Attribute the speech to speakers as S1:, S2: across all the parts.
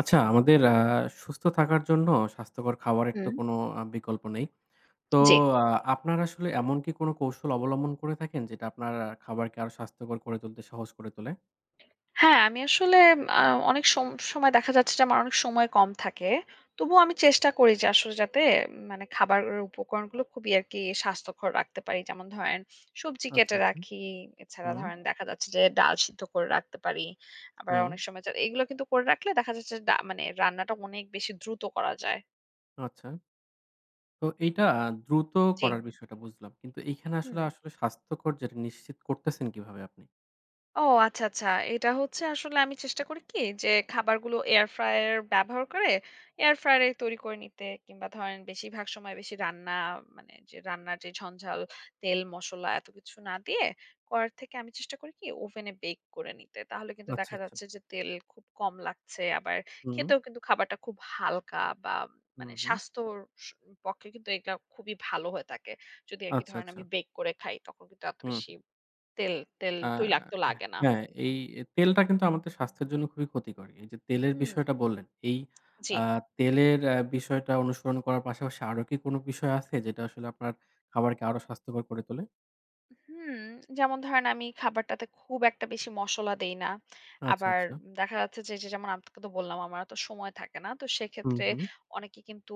S1: আচ্ছা, আমাদের সুস্থ থাকার জন্য স্বাস্থ্যকর খাবারের তো
S2: হুম,
S1: কোনো বিকল্প নেই। তো
S2: জি।
S1: আ আপনার আসলে এমন কি কোনো কৌশল অবলম্বন করে থাকেন যেটা আপনার খাবারকে আরো স্বাস্থ্যকর করে তুলতে সহজ করে তোলে?
S2: হ্যাঁ, আমি আসলে আ অনেক সময় দেখা যাচ্ছে যে, আমার অনেক সময় কম থাকে। তবুও আমি চেষ্টা করি যে, আসলে যাতে মানে খাবারের উপকরণগুলো খুবই আরকি স্বাস্থ্যকর রাখতে পারি। যেমন ধরেন সবজি
S1: আচ্ছা,
S2: কেটে
S1: আচ্ছা।
S2: রাখি। এছাড়া
S1: হুম,
S2: ধরেন দেখা যাচ্ছে যে, ডাল সিদ্ধ করে রাখতে পারি। আবার
S1: হুম,
S2: অনেক সময় এগুলো কিন্তু করে রাখলে দেখা যাচ্ছে যে, মানে রান্নাটা অনেক বেশি দ্রুত করা যায়।
S1: আচ্ছা। তো এইটা দ্রুত
S2: জি,
S1: করার বিষয়টা বুঝলাম। কিন্তু এইখানে আসলে,
S2: হুম।
S1: আসলে স্বাস্থ্যকর যেটা নিশ্চিত করতেছেন কিভাবে আপনি?
S2: ও আচ্ছা, আচ্ছা। এটা হচ্ছে আসলে আমি চেষ্টা করি কি যে, খাবারগুলো এয়ার ফ্রায়ার ব্যবহার করে এয়ার ফ্রায়ারে তৈরি করে নিতে কিংবা ধরেন বেশিরভাগ সময় বেশি রান্না মানে যে রান্নার যে ঝঞ্ঝাল, তেল, মসলা এত কিছু না দিয়ে করার থেকে আমি চেষ্টা করি কি ওভেনে বেক করে নিতে। তাহলে কিন্তু
S1: আচ্ছা,
S2: দেখা
S1: আচ্ছা।
S2: যাচ্ছে যে তেল খুব কম লাগছে। আবার
S1: হুম,
S2: খেতেও কিন্তু খাবারটা খুব হালকা বা
S1: হুম,
S2: মানে
S1: হুম।
S2: স্বাস্থ্যর স পক্ষে কিন্তু এটা খুবই ভালো হয়ে থাকে। যদি আরকি
S1: আচ্ছা,
S2: ধরেন
S1: আচ্ছা।
S2: আমি বেক করে খাই তখন কিন্তু এত
S1: হুম,
S2: বেশি তেল তেল
S1: আ
S2: তৈলাক্ত লাগে না।
S1: হ্যাঁ, এই তেলটা কিন্তু আমাদের স্বাস্থ্যের জন্য খুবই ক্ষতিকর। এই যে তেলের
S2: হুম।
S1: বিষয়টা বললেন, এই
S2: জি।
S1: আ তেলের বিষয়টা অনুসরণ করার পাশাপাশি আরো কি কোনো বিষয় আছে যেটা আসলে আপনার খাবারকে আরো স্বাস্থ্যকর করে তোলে?
S2: হুম, যেমন ধরেন আমি খাবারটাতে খুব একটা বেশি মসলা দেই না।
S1: আচ্ছা,
S2: আবার
S1: আচ্ছা।
S2: দেখা যাচ্ছে যে যেমন আপনাকে তো বললাম আমার অত সময় থাকে না। তো
S1: হুম,
S2: সেক্ষেত্রে
S1: হুম।
S2: অনেকে কিন্তু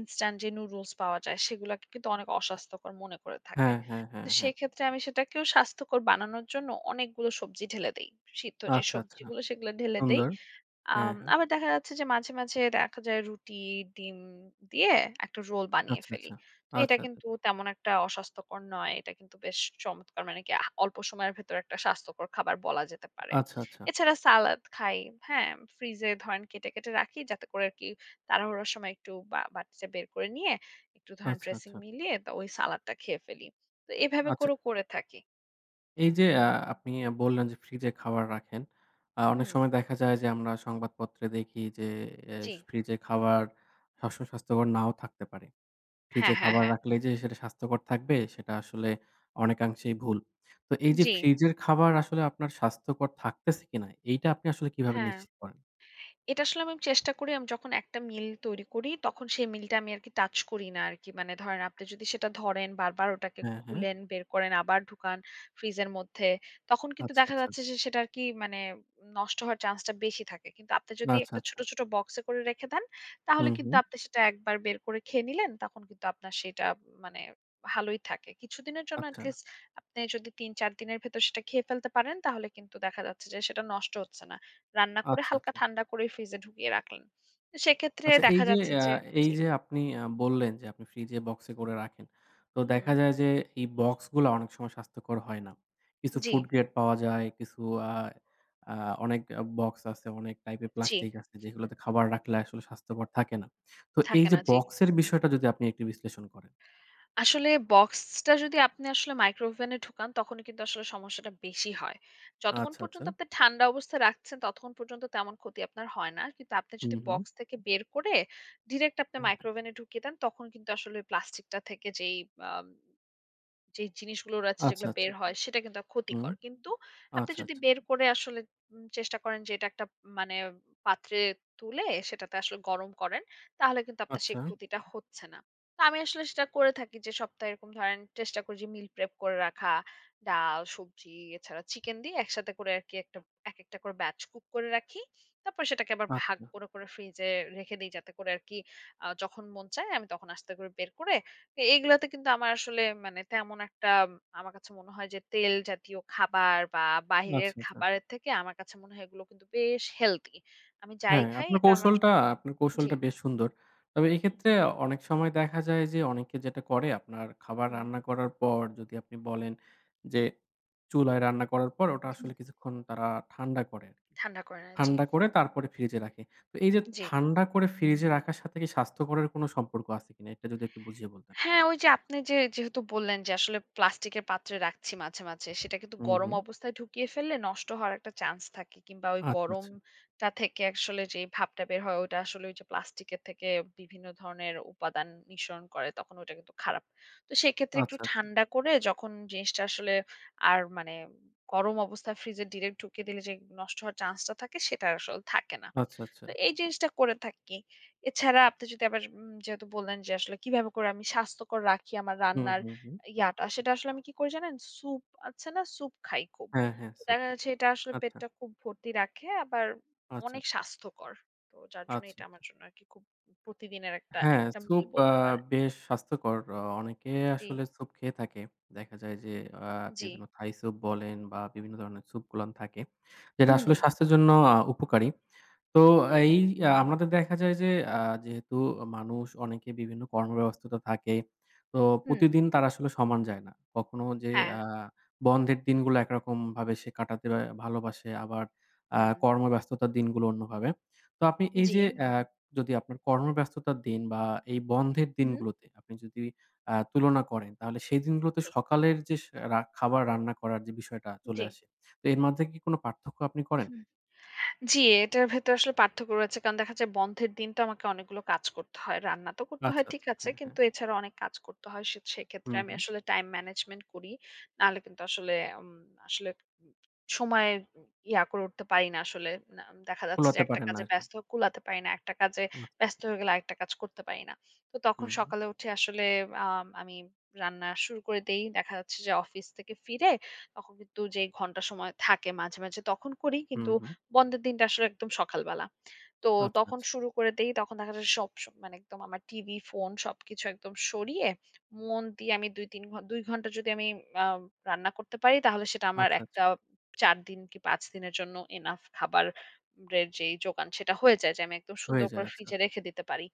S2: ইনস্ট্যান্ট যে নুডলস পাওয়া যায় সেগুলাকে কিন্তু অনেক অস্বাস্থ্যকর মনে করে থাকে।
S1: হ্যাঁ, হ্যাঁ, হ্যাঁ,
S2: কিন্তু
S1: হ্যাঁ।
S2: সেক্ষেত্রে আমি সেটাকেও স্বাস্থ্যকর বানানোর জন্য অনেকগুলো সবজি ঢেলে দেই। সিদ্ধ যে
S1: আচ্ছা, আচ্ছা।
S2: সবজিগুলো সেগুলো ঢেলে দেই।
S1: সুন্দর। হ্যাঁ, হ্যাঁ।
S2: আবার দেখা যাচ্ছে যে মাঝে, মাঝে দেখা যায় রুটি, ডিম দিয়ে একটা রোল বানিয়ে
S1: আচ্ছা,
S2: ফেলি।
S1: আচ্ছা।
S2: তো এটা
S1: আচ্ছা, আচ্ছা।
S2: কিন্তু তেমন একটা অস্বাস্থ্যকর নয়। এটা কিন্তু বেশ চমৎকার মানে কি অল্প সময়ের ভেতরে একটা স্বাস্থ্যকর খাবার বলা যেতে পারে।
S1: আচ্ছা, আচ্ছা।
S2: এছাড়া সালাদ খাই, হ্যাঁ? ফ্রিজে ধরেন কেটে, কেটে রাখি যাতে করে আরকি তাড়াহুড়োর সময় একটু বা বাটিতে বের করে নিয়ে একটু ধরেন
S1: আচ্ছা,
S2: ড্রেসিং
S1: আচ্ছা।
S2: মিলিয়ে তো ওই সালাদটা খেয়ে ফেলি। তো এভাবে
S1: আচ্ছা।
S2: করেও করে থাকি।
S1: এই যে আপনি বললেন যে ফ্রিজে খাবার রাখেন। অনেক
S2: হুম,
S1: সময় দেখা যায় যে আমরা সংবাদপত্রে দেখি যে এ
S2: জি।
S1: ফ্রিজে খাবার সবসময় স্বাস্থ্যকর নাও থাকতে পারে।
S2: হ্যাঁ,
S1: ফ্রিজে
S2: হ্যাঁ,
S1: খাবার
S2: হ্যাঁ।
S1: রাখলে যে সেটা স্বাস্থ্যকর থাকবে সেটা আসলে অনেকাংশেই ভুল। তো এই যে
S2: জি,
S1: ফ্রিজের খাবার আসলে আপনার স্বাস্থ্যকর থাকতেছে কিনা এইটা আপনি আসলে কিভাবে
S2: হ্যাঁ।
S1: নিশ্চিত করেন?
S2: এটা আসলে আমি চেষ্টা করি আমি যখন একটা মিল তৈরি করি তখন সেই মিলটা আমি আরকি টাচ করি না আরকি। মানে ধরেন আপনি যদি সেটা ধরেন বারবার ওটাকে
S1: হ্যাঁ, হ্যাঁ।
S2: খুলেন, বের করেন, আবার ঢুকান ফ্রিজের মধ্যে, তখন কিন্তু
S1: আচ্ছা,
S2: দেখা
S1: আচ্ছা।
S2: যাচ্ছে যে সেটা আরকি মানে নষ্ট হওয়ার চান্সটা বেশি থাকে। কিন্তু আপনি যদি
S1: আচ্ছা,
S2: একটা
S1: আচ্ছা।
S2: ছোট, ছোট বক্সে করে রেখে দেন তাহলে
S1: হুম,
S2: কিন্তু
S1: হুম।
S2: আপনি সেটা একবার বের করে খেয়ে নিলেন তখন কিন্তু আপনার সেটা মানে ভালোই থাকে। কিছুদিনের জন্য
S1: আচ্ছা,
S2: এটি লিস্ট আপনি যদি ৩-৪ দিনের ভেতর সেটা খেয়ে ফেলতে পারেন তাহলে কিন্তু দেখা যাচ্ছে যে সেটা নষ্ট হচ্ছে না। রান্না করে
S1: আচ্ছা,
S2: হালকা
S1: আচ্ছা।
S2: ঠান্ডা করে ফ্রিজে ঢুকিয়ে রাখলেন। সেক্ষেত্রে
S1: আচ্ছা
S2: দেখা যাচ্ছে
S1: আ
S2: যে
S1: এই
S2: জি।
S1: যে আপনি বললেন যে আপনি ফ্রিজে বক্সে করে রাখেন। তো
S2: হুম,
S1: দেখা যায় যে এই বক্সগুলা অনেক সময় স্বাস্থ্যকর হয় না। কিছু
S2: জি,
S1: ফুড গ্রেড পাওয়া যায়, কিছু আ আ অনেক বক্স আছে, অনেক টাইপের
S2: জি।
S1: প্লাস্টিক আছে যেগুলোতে খাবার রাখলে আসলে স্বাস্থ্যকর থাকে না। তো এই
S2: থাকে
S1: যে
S2: না, জি।
S1: বক্সের বিষয়টা যদি আপনি একটু বিশ্লেষণ করেন।
S2: আসলে বক্সটা যদি আপনি আসলে মাইক্রোওভেনে ঢুকান তখনই কিন্তু আসলে সমস্যাটা বেশি হয়। যতক্ষণ
S1: আচ্ছা, আচ্ছা।
S2: পর্যন্ত আপনি ঠান্ডা অবস্থায় রাখছেন ততক্ষণ পর্যন্ত তেমন ক্ষতি আপনার হয় না। কিন্তু আপনি
S1: হুম,
S2: যদি
S1: হুম।
S2: বক্স থেকে বের করে ডিরেক্ট আপনি
S1: হ্যাঁ, হ্যাঁ।
S2: মাইক্রোওভেনে ঢুকিয়ে দেন তখন কিন্তু আসলে প্লাস্টিকটা থেকে যেই আম যে জিনিসগুলো রয়েছে
S1: আচ্ছা,
S2: যেগুলো
S1: আচ্ছা।
S2: বের হয় সেটা কিন্তু
S1: হুম।
S2: ক্ষতিকর। কিন্তু আপনি
S1: আচ্ছা,
S2: যদি
S1: আচ্ছা।
S2: বের করে আসলে চেষ্টা করেন যে এটা একটা মানে পাত্রে তুলে সেটাতে আসলে গরম করেন, তাহলে কিন্তু আপনার
S1: আচ্ছা,
S2: সেই ক্ষতিটা হচ্ছে না। তো আমি আসলে সেটা করে থাকি যে সপ্তাহে এরকম ধরেন চেষ্টা করি যে মিল প্রেপ করে রাখা, ডাল, সবজি এছাড়া চিকেন দিয়ে একসাথে করে আরকি একেকটা করে ব্যাচ কুক করে রাখি। তারপর সেটাকে আবার ভাগ
S1: আচ্ছা,
S2: করে, করে ফ্রিজে রেখে দেই যাতে করে আরকি যখন মন চায় আমি তখন আস্তে করে বের করে এগুলাতে কিন্তু আমার আসলে মানে তেমন একটা আমার কাছে মনে হয় যে তেল জাতীয় খাবার বা বাহিরের
S1: আচ্ছা, আচ্ছা।
S2: খাবারের থেকে আমার কাছে মনে হয় এগুলো কিন্তু বেশ হেলদি। আমি যাই
S1: হ্যাঁ,
S2: খাই
S1: আপনার
S2: এটা আমার
S1: কৌশলটা
S2: জন্য
S1: আপনার
S2: জি,
S1: কৌশলটা বেশ সুন্দর। তবে এক্ষেত্রে
S2: জি।
S1: অনেক সময় দেখা যায় যে অনেকে যেটা করে আপনার খাবার
S2: হুম।
S1: রান্না করার পর যদি আপনি বলেন যে চুলায় রান্না করার পর ওটা আসলে কিছুক্ষণ তারা ঠান্ডা করে আরকি।
S2: ঠান্ডা করে না। জি,
S1: ঠান্ডা করে তারপরে ফ্রিজে রাখে। তো এই যে
S2: জি।
S1: ঠান্ডা করে ফ্রিজে রাখার সাথে কি স্বাস্থ্যকরের কোনো সম্পর্ক আছে কিনা? এটা যদি একটু বুঝিয়ে বলতেন।
S2: হ্যাঁ, ওই যে আপনি যেহেতু বললেন যে আসলে প্লাস্টিকের পাত্রে রাখছি মাঝে, মাঝে সেটা কিন্তু
S1: হুম,
S2: গরম
S1: হুম।
S2: অবস্থায় ঢুকিয়ে ফেললে নষ্ট হওয়ার একটা চান্স থাকে কিংবা ওই
S1: আচ্ছা, আচ্ছা।
S2: গরমটা থেকে আসলে যেই ভাপটা বের হয় ওটা আসলে ওই যে প্লাস্টিকের থেকে বিভিন্ন ধরনের উপাদান নিঃসরণ করে তখন ওটা কিন্তু খারাপ। তো সেক্ষেত্রে একটু
S1: আচ্ছা, আচ্ছা।
S2: ঠান্ডা করে যখন জিনিসটা আসলে আর মানে গরম অবস্থায় ফ্রিজে ডিরেক্ট ঢুকিয়ে দিলে যে নষ্ট হওয়ার চান্সটা থাকে সেটা আসলে থাকে না।
S1: আচ্ছা, আচ্ছা,
S2: তো
S1: আচ্ছা।
S2: এই জিনিসটা করে থাকি। এছাড়া আপনি যদি আবার যেহেতু বললেন যে আসলে কিভাবে করে আমি স্বাস্থ্যকর রাখি আমার
S1: হুম,
S2: রান্নার
S1: হুম, হুম।
S2: ইয়াটা, সেটা আসলে আমি কি করি জানেন? স্যুপ আছে না? স্যুপ খাই খুব।
S1: হ্যাঁ, হ্যাঁ,
S2: তো
S1: স্যুপ।
S2: দেখা যাচ্ছে এটা আসলে
S1: আচ্ছা,
S2: পেটটা খুব ভর্তি রাখে আবার
S1: আচ্ছা,
S2: অনেক
S1: আচ্ছা।
S2: স্বাস্থ্যকর। তো যার জন্য
S1: আচ্ছা, আচ্ছা।
S2: এটা আমার জন্য আরকি খুব প্রতিদিনের একটা,
S1: হ্যাঁ,
S2: একটা মিল
S1: স্যুপ
S2: বলতে পারেন।
S1: বেশ স্বাস্থ্যকর। অনেকে
S2: জি,
S1: আসলে স্যুপ খেয়ে থাকে। দেখা যায় যে আ
S2: জি।
S1: বিভিন্ন থাই স্যুপ বলেন বা বিভিন্ন ধরনের স্যুপগুলান থাকে। যেটা
S2: হুম,
S1: আসলে স্বাস্থ্যের জন্য উপকারী। তো এই আমাদের দেখা যায় যে আ যেহেতু মানুষ অনেকে বিভিন্ন কর্মব্যস্ততা থাকে। তো
S2: হুম।
S1: প্রতিদিন তারা আসলে সমান যায় না। কখনো যে
S2: হ্যাঁ,
S1: আ বন্ধের দিনগুলো একরকমভাবে সে কাটাতে ভালোবাসে। আবার
S2: হুম।
S1: কর্মব্যস্ততার দিনগুলো অন্যভাবে। তো আপনি এই
S2: জি।
S1: যে যদি আপনার কর্মব্যস্ততার দিন বা এই বন্ধের
S2: হুম,
S1: দিনগুলোতে আপনি যদি তুলনা করেন তাহলে সেই দিনগুলোতে
S2: জি,
S1: সকালের যে রা খাবার রান্না করার যে বিষয়টা চলে
S2: জি।
S1: আসে। তো এর মাঝে কি কোনো পার্থক্য আপনি করেন?
S2: জি, এটার ভেতরে আসলে পার্থক্য রয়েছে। কারণ দেখা যায় বন্ধের দিন তো আমাকে অনেকগুলো কাজ করতে হয়। রান্না তো করতে
S1: আচ্ছা,
S2: হয় ঠিক
S1: আচ্ছা।
S2: আছে।
S1: হ্যাঁ, হ্যাঁ।
S2: কিন্তু এছাড়া অনেক কাজ করতে হয়। সেক্ষেত্রে
S1: হুম,
S2: আমি
S1: হুম।
S2: আসলে টাইম ম্যানেজমেন্ট করি। নাহলে কিন্তু আসলে উম আসলে উম সময় ইয়া করে উঠতে পারি না আসলে। না দেখা যাচ্ছে যে
S1: কুলাতে
S2: একটা
S1: পারেন না
S2: কাজে
S1: আরকি।
S2: ব্যস্ত হয়ে কুলাতে পারি না। একটা কাজে
S1: আচ্ছা।
S2: ব্যস্ত হয়ে গেলে আরেকটা কাজ করতে পারি না। তো তখন
S1: হুম,
S2: সকালে উঠে আসলে আমি রান্না শুরু করে দেই। দেখা যাচ্ছে যে অফিস থেকে ফিরে তখন কিন্তু যেই ঘন্টা সময় থাকে মাঝে, মাঝে তখন করি।
S1: হুম,
S2: কিন্তু
S1: হুম।
S2: বন্ধের দিনটা আসলে একদম সকালবেলা। তো
S1: আচ্ছা,
S2: তখন
S1: আচ্ছা,
S2: শুরু করে দেই। তখন দেখা যায় সব মানে একদম আমার টিভি, ফোন সবকিছু একদম সরিয়ে মন দিয়ে আমি ২-৩ ঘ ২ ঘন্টা যদি আমি আ রান্না করতে পারি তাহলে সেটা আমার
S1: আচ্ছা, আচ্ছা।
S2: একটা ৪ দিন কি ৫ দিনের জন্য এনাফ খাবারের যেই জোগান সেটা হয়ে যায় যে আমি একদম
S1: হয়ে
S2: সুন্দর
S1: যায়।
S2: করে
S1: আচ্ছা,
S2: ফ্রিজে
S1: আচ্ছা,
S2: রেখে
S1: আচ্ছা।
S2: দিতে পারি।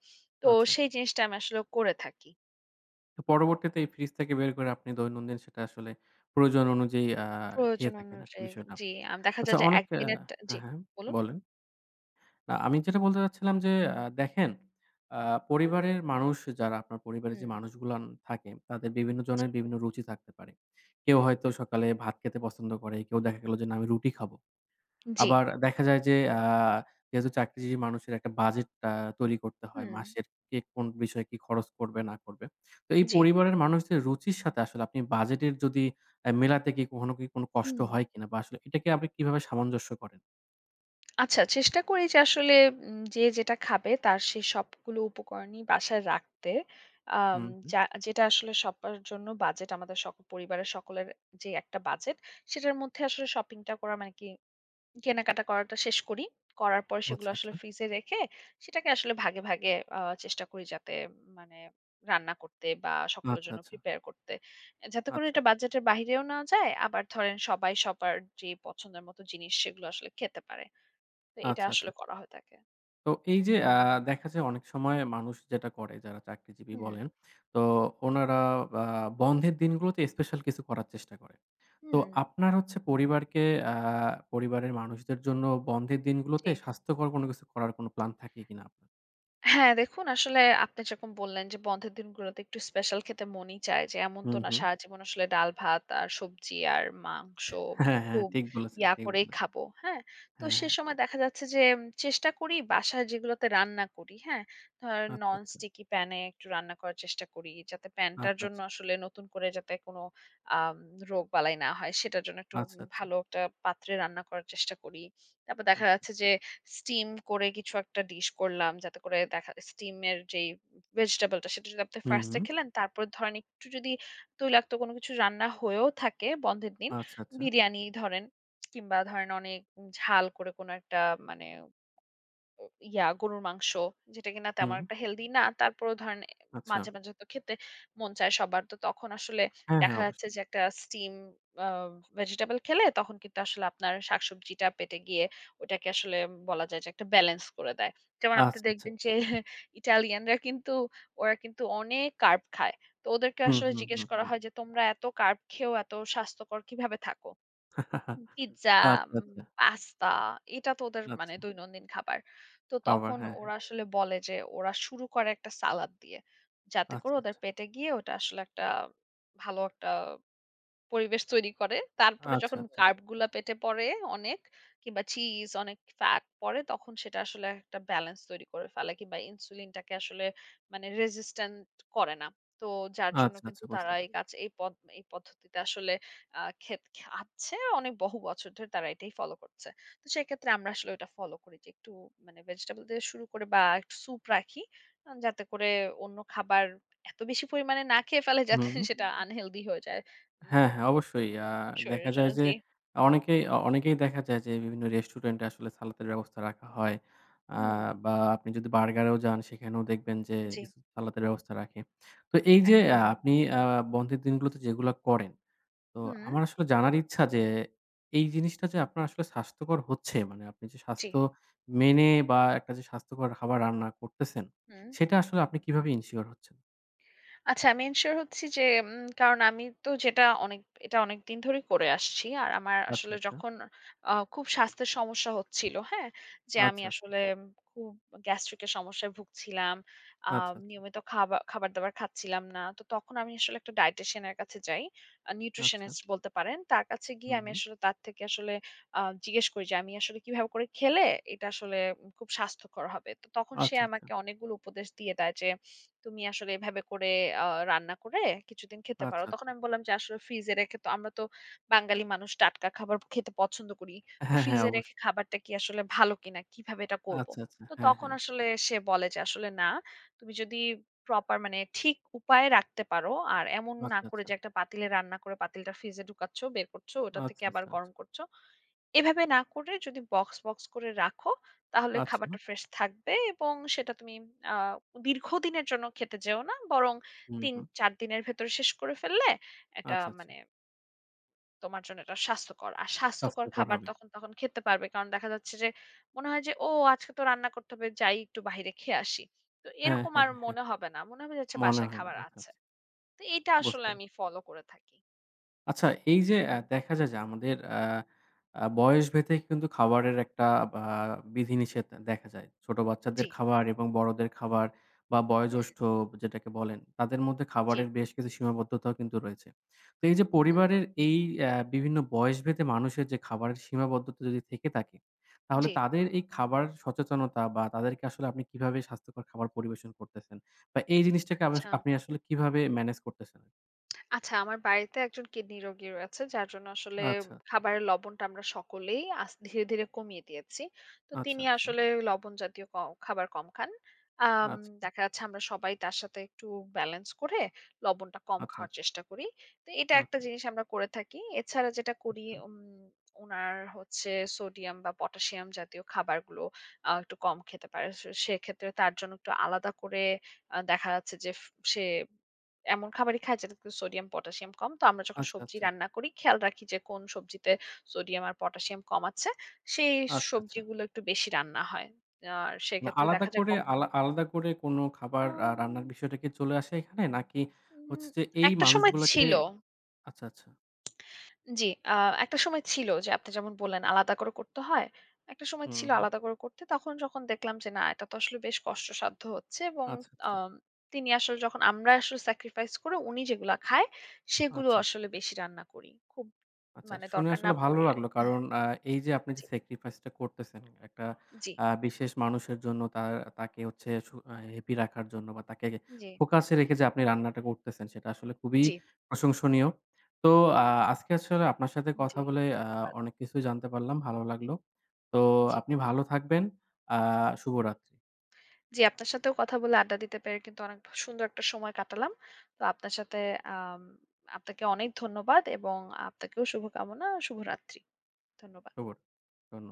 S2: তো
S1: আচ্ছা।
S2: সেই জিনিসটা আমি আসলে করে থাকি।
S1: তো পরবর্তীতে এই ফ্রিজ থেকে বের করে আপনি দৈনন্দিন সেটা আসলে প্রয়োজন অনুযায়ী খেয়ে
S2: প্রয়োজন
S1: থাকেন আরকি
S2: অনুযায়ী
S1: বিষয়টা।
S2: জি, দেখা
S1: আচ্ছা
S2: যায় যে
S1: অনেক
S2: একদিনের টা জি,
S1: হ্যাঁ, হ্যাঁ,
S2: বলুন?
S1: বলেন। আমি যেটা বলতে চাচ্ছিলাম যে দেখেন আ পরিবারের মানুষ যারা আপনার পরিবারের যে
S2: হুম,
S1: মানুষগুলান থাকে তাদের বিভিন্ন
S2: জি,
S1: জনের বিভিন্ন রুচি থাকতে পারে। কেউ হয়তো সকালে
S2: একদম।
S1: ভাত খেতে পছন্দ করে, কেউ দেখা গেল যে না আমি রুটি খাবো।
S2: জি,
S1: আবার দেখা যায় যে যেহেতু চাকরিজীবী মানুষের একটা বাজেট তৈরি করতে হয়
S2: হুম,
S1: মাসের। কে কোন বিষয়ে কি খরচ করবে না করবে। তো এই
S2: জি,
S1: পরিবারের মানুষদের রুচির সাথে আসলে আপনি বাজেটের যদি মেলাতে কি কখনো কি কোনো কষ্ট
S2: হুম।
S1: হয় কিনা? বা আসলে এটাকে আপনি কিভাবে সামঞ্জস্য করেন?
S2: আচ্ছা, চেষ্টা করি যে আসলে যেটা খাবে তার সেই সবগুলো উপকরণই বাসায় রাখতে। আম
S1: হুম, হুম।
S2: যা যেটা আসলে সবার জন্য বাজেট আমাদের পরিবারের সকলের যে একটা বাজেট, সেটার মধ্যে আসলে শপিংটা করা মানে কি কেনাকাটা করাটা শেষ করি। করার পরে
S1: আচ্ছা,
S2: সেগুলো
S1: আচ্ছা।
S2: আসলে ফ্রিজে রেখে সেটাকে আসলে ভাগে, ভাগে চেষ্টা করি যাতে মানে রান্না করতে বা সকলের
S1: আচ্ছা,
S2: জন্য
S1: আচ্ছা।
S2: প্রিপেয়ার করতে। যাতে করে
S1: আচ্ছা,
S2: এটা বাজেটের বাহিরেও না যায়। আবার ধরেন সবাই সবার যে পছন্দের মতো জিনিস সেগুলো আসলে খেতে পারে। তো এটা
S1: আচ্ছা, আচ্ছা।
S2: আসলে করা হয়ে থাকে।
S1: তো এই যে দেখা যায় অনেক সময় মানুষ যেটা করে যারা চাকরিজীবী
S2: হুম,
S1: বলেন, তো ওনারা আ বন্ধের দিনগুলোতে স্পেশাল কিছু করার চেষ্টা করে। তো
S2: হুম।
S1: আপনার হচ্ছে পরিবারকে আ পরিবারের মানুষদের জন্য বন্ধের দিনগুলোতে
S2: জি।
S1: স্বাস্থ্যকর কোনো কিছু করার কোনো প্ল্যান থাকে কিনা আপনার?
S2: হ্যাঁ, দেখুন আসলে আপনি যেরকম বললেন যে বন্ধের দিনগুলোতে একটু স্পেশাল খেতে মনই চায় যে এমন তো
S1: হুম,
S2: না
S1: হুম।
S2: সারাজীবন আসলে ডাল ভাত আর সবজি আর মাংস মানে
S1: হ্যাঁ, হ্যাঁ।
S2: খুব
S1: ঠিক বলেছেন,
S2: ইয়া
S1: ঠিক
S2: করেই
S1: বলেছেন।
S2: খাবো। হ্যাঁ? তো
S1: হ্যাঁ,
S2: সে
S1: হ্যাঁ।
S2: সময় দেখা যাচ্ছে যে চেষ্টা করি বাসায় যেগুলোতে রান্না করি, হ্যাঁ? ধরেন
S1: আচ্ছা,
S2: নন
S1: আচ্ছা।
S2: স্টিকি প্যানে একটু রান্না করার চেষ্টা করি যাতে প্যানটার
S1: আচ্ছা,
S2: জন্য
S1: আচ্ছা।
S2: আসলে নতুন করে যাতে কোনো আম রোগবালাই না হয় সেটার জন্য একটু
S1: আচ্ছা, আচ্ছা।
S2: ভালো একটা পাত্রে রান্না করার চেষ্টা করি। তারপর দেখা
S1: আচ্ছা।
S2: যাচ্ছে যে স্টিম করে কিছু একটা ডিশ করলাম যাতে করে দেখা স্টিমের যেই ভেজিটেবলটা সেটা যদি আপনি
S1: হুম,
S2: ফার্স্টে
S1: হুম।
S2: খেলেন তারপর ধরেন একটু যদি তৈলাক্ত কোনো কিছু রান্না হয়েও থাকে বন্ধের দিন
S1: আচ্ছা, আচ্ছা।
S2: বিরিয়ানি ধরেন কিংবা ধরেন অনেক ঝাল করে কোনো একটা মানে ও ইয়া গরুর মাংস যেটা কিনা তেমন
S1: হুম।
S2: একটা হেলদি না। তারপরেও ধরেন
S1: আচ্ছা।
S2: মাঝে, মাঝে তো খেতে মন চায় সবার। তো তখন আসলে
S1: হ্যাঁ, হ্যাঁ।
S2: দেখা যাচ্ছে
S1: অবশ্যই।
S2: যে একটা স্টিম আ ভেজিটেবল খেলে তখন কিন্তু আসলে আপনার শাকসবজিটা পেটে গিয়ে ওটাকে আসলে বলা যায় যে একটা ব্যালেন্স করে দেয়। যেমন আপনি
S1: আচ্ছা, আচ্ছা।
S2: দেখবেন যে ইটালিয়ানরা কিন্তু ওরা কিন্তু অনেক কার্ব খায়। তো ওদেরকে
S1: হুম,
S2: আসলে
S1: হুম, হুম,
S2: জিজ্ঞেস করা
S1: হুম।
S2: হয় যে, "তোমরা এত কার্ব খেয়েও এত স্বাস্থ্যকর কিভাবে থাকো?" পিজ্জা,
S1: আচ্ছা,
S2: উম
S1: আচ্ছা।
S2: পাস্তা এটা তো ওদের
S1: আচ্ছা।
S2: মানে দৈনন্দিন খাবার। তো
S1: খাবার।
S2: তখন
S1: হ্যাঁ, হ্যাঁ।
S2: ওরা আসলে বলে যে ওরা শুরু করে একটা সালাদ দিয়ে। যাতে
S1: আচ্ছা,
S2: করে ওদের
S1: আচ্ছা।
S2: পেটে গিয়ে ওটা আসলে একটা ভালো একটা পরিবেশ তৈরি করে। তারপরে
S1: আচ্ছা,
S2: যখন
S1: আচ্ছা।
S2: কার্ব গুলা পেটে পড়ে অনেক কিংবা চিজ, অনেক ফ্যাট পড়ে তখন সেটা আসলে একটা ব্যালেন্স তৈরি করে ফেলে কিংবা ইনসুলিনটাকে আসলে মানে রেজিস্ট্যান্ট করে না। তো যার জন্য
S1: আচ্ছা, আচ্ছা।
S2: কিন্তু
S1: বুঝতে
S2: তারা এই
S1: পারছি।
S2: কাজ এই পদ এই পদ্ধতিতে আসলে খাচ্ছে। অনেক বহু বছর ধরে তারা এটাই ফলো করছে। তো সেক্ষেত্রে আমরা আসলে ওটা ফলো করি যে একটু মানে ভেজিটেবল দিয়ে শুরু করে বা একটু স্যুপ রাখি। যাতে করে অন্য খাবার এত বেশি পরিমাণে না খেয়ে ফেলে যাতে
S1: হুম।
S2: সেটা আনহেলথি হয়ে যায়। উম
S1: হ্যাঁ, হ্যাঁ, অবশ্যই। দেখা
S2: শরীরের
S1: যায়
S2: জন্য
S1: যে
S2: জি।
S1: অনেকেই অনেকেই দেখা যায় যে বিভিন্ন রেস্টুরেন্টে আসলে সালাতের ব্যবস্থা রাখা হয়। আ
S2: হুম।
S1: বা আপনি যদি বার্গারেও যান সেখানেও দেখবেন যে
S2: জি,
S1: কিছু সালাতের ব্যবস্থা রাখে। তো এই যে
S2: একদম।
S1: আপনি আ বন্ধের দিনগুলোতে যেগুলা করেন, তো
S2: হুম।
S1: আমার আসলে জানার ইচ্ছা যে এই জিনিসটা যে আপনার আসলে স্বাস্থ্যকর হচ্ছে মানে আপনি যে
S2: জি।
S1: স্বাস্থ্য মেনে বা একটা যে স্বাস্থ্যকর খাবার রান্না করতেছেন,
S2: হুম।
S1: সেটা আসলে আপনি কিভাবে ইনশিওর হচ্ছেন?
S2: আচ্ছা আমি এনশিওর হচ্ছি যে কারণ আমি তো যেটা অনেক এটা অনেকদিন ধরেই করে আসছি। আর আমার
S1: আচ্ছা,
S2: আসলে
S1: আচ্ছা।
S2: যখন খুব স্বাস্থ্যের সমস্যা হচ্ছিল, হ্যাঁ? যে আমি
S1: আচ্ছা, আচ্ছা।
S2: আসলে খুব গ্যাস্ট্রিকের সমস্যায় ভুগছিলাম। আ
S1: আচ্ছা, আচ্ছা।
S2: নিয়মিত খাবার-দাবার খাচ্ছিলাম না। তো তখন আমি আসলে একটা ডায়েটিশিয়ান এর কাছে যাই।
S1: আচ্ছা।
S2: নিউট্রিশনিস্ট বলতে পারেন। তার কাছে গিয়ে
S1: হুম,
S2: আমি
S1: হুম।
S2: আসলে তার থেকে আসলে জিজ্ঞেস করি যে আমি আসলে কিভাবে করে খেলে এটা আসলে খুব স্বাস্থ্যকর হবে। তো তখন সে
S1: আচ্ছা, আচ্ছা।
S2: আমাকে অনেকগুলো উপদেশ দিয়ে দেয় যে তুমি আসলে এভাবে করে আ রান্না করে কিছুদিন খেতে পারো।
S1: আচ্ছা, আচ্ছা।
S2: তখন আমি বললাম যে আসলে ফ্রিজে রেখে তো আমরা তো বাঙালি মানুষ টাটকা খাবার খেতে পছন্দ করি। তো
S1: হ্যাঁ, হ্যাঁ,
S2: ফ্রিজে
S1: অবশ্যই।
S2: রেখে খাবারটা কি আসলে ভালো কিনা? কিভাবে এটা করব?
S1: আচ্ছা, আচ্ছা।
S2: তো
S1: হ্যাঁ,
S2: তখন
S1: হ্যাঁ।
S2: আসলে সে বলে যে আসলে না, তুমি যদি প্রপার মানে ঠিক উপায়ে রাখতে পারো আর এমন না
S1: আচ্ছা,
S2: করে
S1: আচ্ছা।
S2: যে একটা পাতিলে রান্না করে পাতিলটা ফ্রিজে ঢুকাচ্ছ, বের করছো, ওটা থেকে
S1: আচ্ছা,
S2: আবার
S1: আচ্ছা, আচ্ছা।
S2: গরম করছো। এভাবে না করে যদি বক্স, বক্স করে রাখো তাহলে
S1: আচ্ছা।
S2: খাবারটা ফ্রেশ থাকবে এবং সেটা তুমি আ দীর্ঘদিনের জন্য খেতে যেও না। বরং
S1: হুম, হুম।
S2: ৩-৪ দিনের ভেতরে শেষ করে ফেললে এটা
S1: আচ্ছা, আচ্ছা।
S2: মানে তোমার জন্য এটা স্বাস্থ্যকর। আর স্বাস্থ্যকর
S1: স্বাস্থ্যকর
S2: খাবার
S1: হবে।
S2: তখন, তখন খেতে পারবে। কারণ দেখা যাচ্ছে যে মনে হয় যে, "ও আজকে তো রান্না করতে হবে, যাই একটু বাইরে খেয়ে আসি।" তো
S1: হ্যাঁ,
S2: এরকম
S1: হ্যাঁ,
S2: আর
S1: হ্যাঁ, হ্যাঁ।
S2: মনে হবে না। মনে হবে যে আচ্ছা
S1: মনে
S2: বাসায়
S1: হয় না।
S2: খাবার
S1: আচ্ছা,
S2: আছে।
S1: আচ্ছা।
S2: তো এইটা আসলে
S1: বুঝতে
S2: আমি ফলো করে থাকি।
S1: আচ্ছা এই যে দেখা যায় যে আমাদের আ আ বয়স ভেদে কিন্তু খাবারের একটা
S2: হুম।
S1: আ বিধিনিষেধ দেখা যায়। ছোট বাচ্চাদের
S2: জি।
S1: খাবার এবং বড়দের খাবার বা
S2: হুম,
S1: বয়োজ্যেষ্ঠ যেটাকে বলেন, তাদের মধ্যে
S2: জি।
S1: খাবারের বেশ কিছু সীমাবদ্ধতাও কিন্তু রয়েছে। তো এই যে
S2: উহু,
S1: পরিবারের এই বিভিন্ন বয়সভেদে মানুষের যে খাবারের সীমাবদ্ধতা যদি থেকে থাকে, তাহলে
S2: জি।
S1: তাদের এই খাবার সচেতনতা বা তাদেরকে আসলে আপনি কিভাবে স্বাস্থ্যকর খাবার পরিবেশন করতেছেন? বা এই জিনিসটাকে
S2: আচ্ছা।
S1: আপনি আসলে কিভাবে ম্যানেজ করতেছেন?
S2: আচ্ছা, আমার বাড়িতে একজন কিডনি রোগী রয়েছে, যার জন্য আসলে
S1: আচ্ছা, আচ্ছা।
S2: খাবারের লবণটা আমরা সকলেই ধীরে, ধীরে কমিয়ে দিয়েছি। তো
S1: আচ্ছা,
S2: তিনি
S1: আচ্ছা।
S2: আসলে লবণ জাতীয় খাবার কম খান। আম
S1: আচ্ছা,
S2: দেখা যাচ্ছে আমরা সবাই তার সাথে একটু ব্যালেন্স করে লবণটা কম
S1: আচ্ছা,
S2: খাওয়ার
S1: আচ্ছা,
S2: চেষ্টা করি। তো এটা একটা
S1: আচ্ছা,
S2: জিনিস আমরা করে থাকি। এছাড়া যেটা করি
S1: আচ্ছা,
S2: উনার হচ্ছে সোডিয়াম বা পটাশিয়াম জাতীয় খাবারগুলো একটু কম খেতে পারে। সেক্ষেত্রে তার জন্য একটু আলাদা করে দেখা যাচ্ছে যে সে এমন খাবারই খাই যেটাতে সোডিয়াম, পটাশিয়াম কম। তো আমরা যখন
S1: আচ্ছা,
S2: সবজি
S1: আচ্ছা, আচ্ছা।
S2: রান্না করি খেয়াল রাখি যে কোন সবজিতে সোডিয়াম আর পটাশিয়াম কম আছে। সেই
S1: আচ্ছা
S2: সবজিগুলো একটু বেশি রান্না হয়। আর
S1: মানে
S2: সেক্ষেত্রে দেখা যায় কখ
S1: আলাদা করে কোনো খাবার
S2: আম
S1: রান্নার বিষয়টা কি চলে আসে এখানে? নাকি
S2: উম
S1: হচ্ছে যে এই
S2: একটা সময়
S1: মানুষগুলাকে
S2: ছিল।
S1: আচ্ছা, আচ্ছা।
S2: জি, আ একটা সময় ছিল যে আপনি যেমন বললেন আলাদা করে করতে হয়। একটা সময়
S1: হুম,
S2: ছিল
S1: হুম।
S2: আলাদা করে করতে। তখন যখন দেখলাম যে না এটা তো আসলে বেশ কষ্টসাধ্য হচ্ছে এবং
S1: আচ্ছা, আচ্ছা,
S2: আম তিনি আসলে যখন আমরা আসলে স্যাক্রিফাইস করে উনি যেগুলা খায় সেগুলো
S1: আচ্ছা, আচ্ছা।
S2: আসলে বেশি রান্না করি। খুব
S1: আচ্ছা,
S2: মানে
S1: শুনে
S2: দরকার
S1: আসলে
S2: না
S1: ভালো
S2: পড়লে।
S1: লাগলো। কারণ এই যে আপনি যে
S2: জি,
S1: sacrifice টা করতেছেন একটা
S2: জি,
S1: বিশেষ মানুষের জন্য তার হচ্ছে সু আ happy রাখার জন্য বা তাকে
S2: জি,
S1: focus এ রেখে যে আপনি রান্নাটা করতেছেন সেটা আসলে খুবই
S2: জি,
S1: প্রশংসনীয়। তো আ আজকে আসলে আপনার সাথে কথা
S2: জি,
S1: বলে
S2: ধন্যবাদ।
S1: অনেক কিছুই জানতে পারলাম। ভালো লাগলো। তো
S2: জি,
S1: আপনি ভালো থাকবেন। আ শুভরাত্রি।
S2: জি, আপনার সাথেও কথা বলে আড্ডা দিতে পেরে কিন্তু অনেক সুন্দর একটা সময় কাটালাম। তো আপনার সাথে আম আপনাকে অনেক ধন্যবাদ এবং আপনাকেও শুভকামনা। শুভরাত্রি। ধন্যবাদ
S1: শুভ ধন্য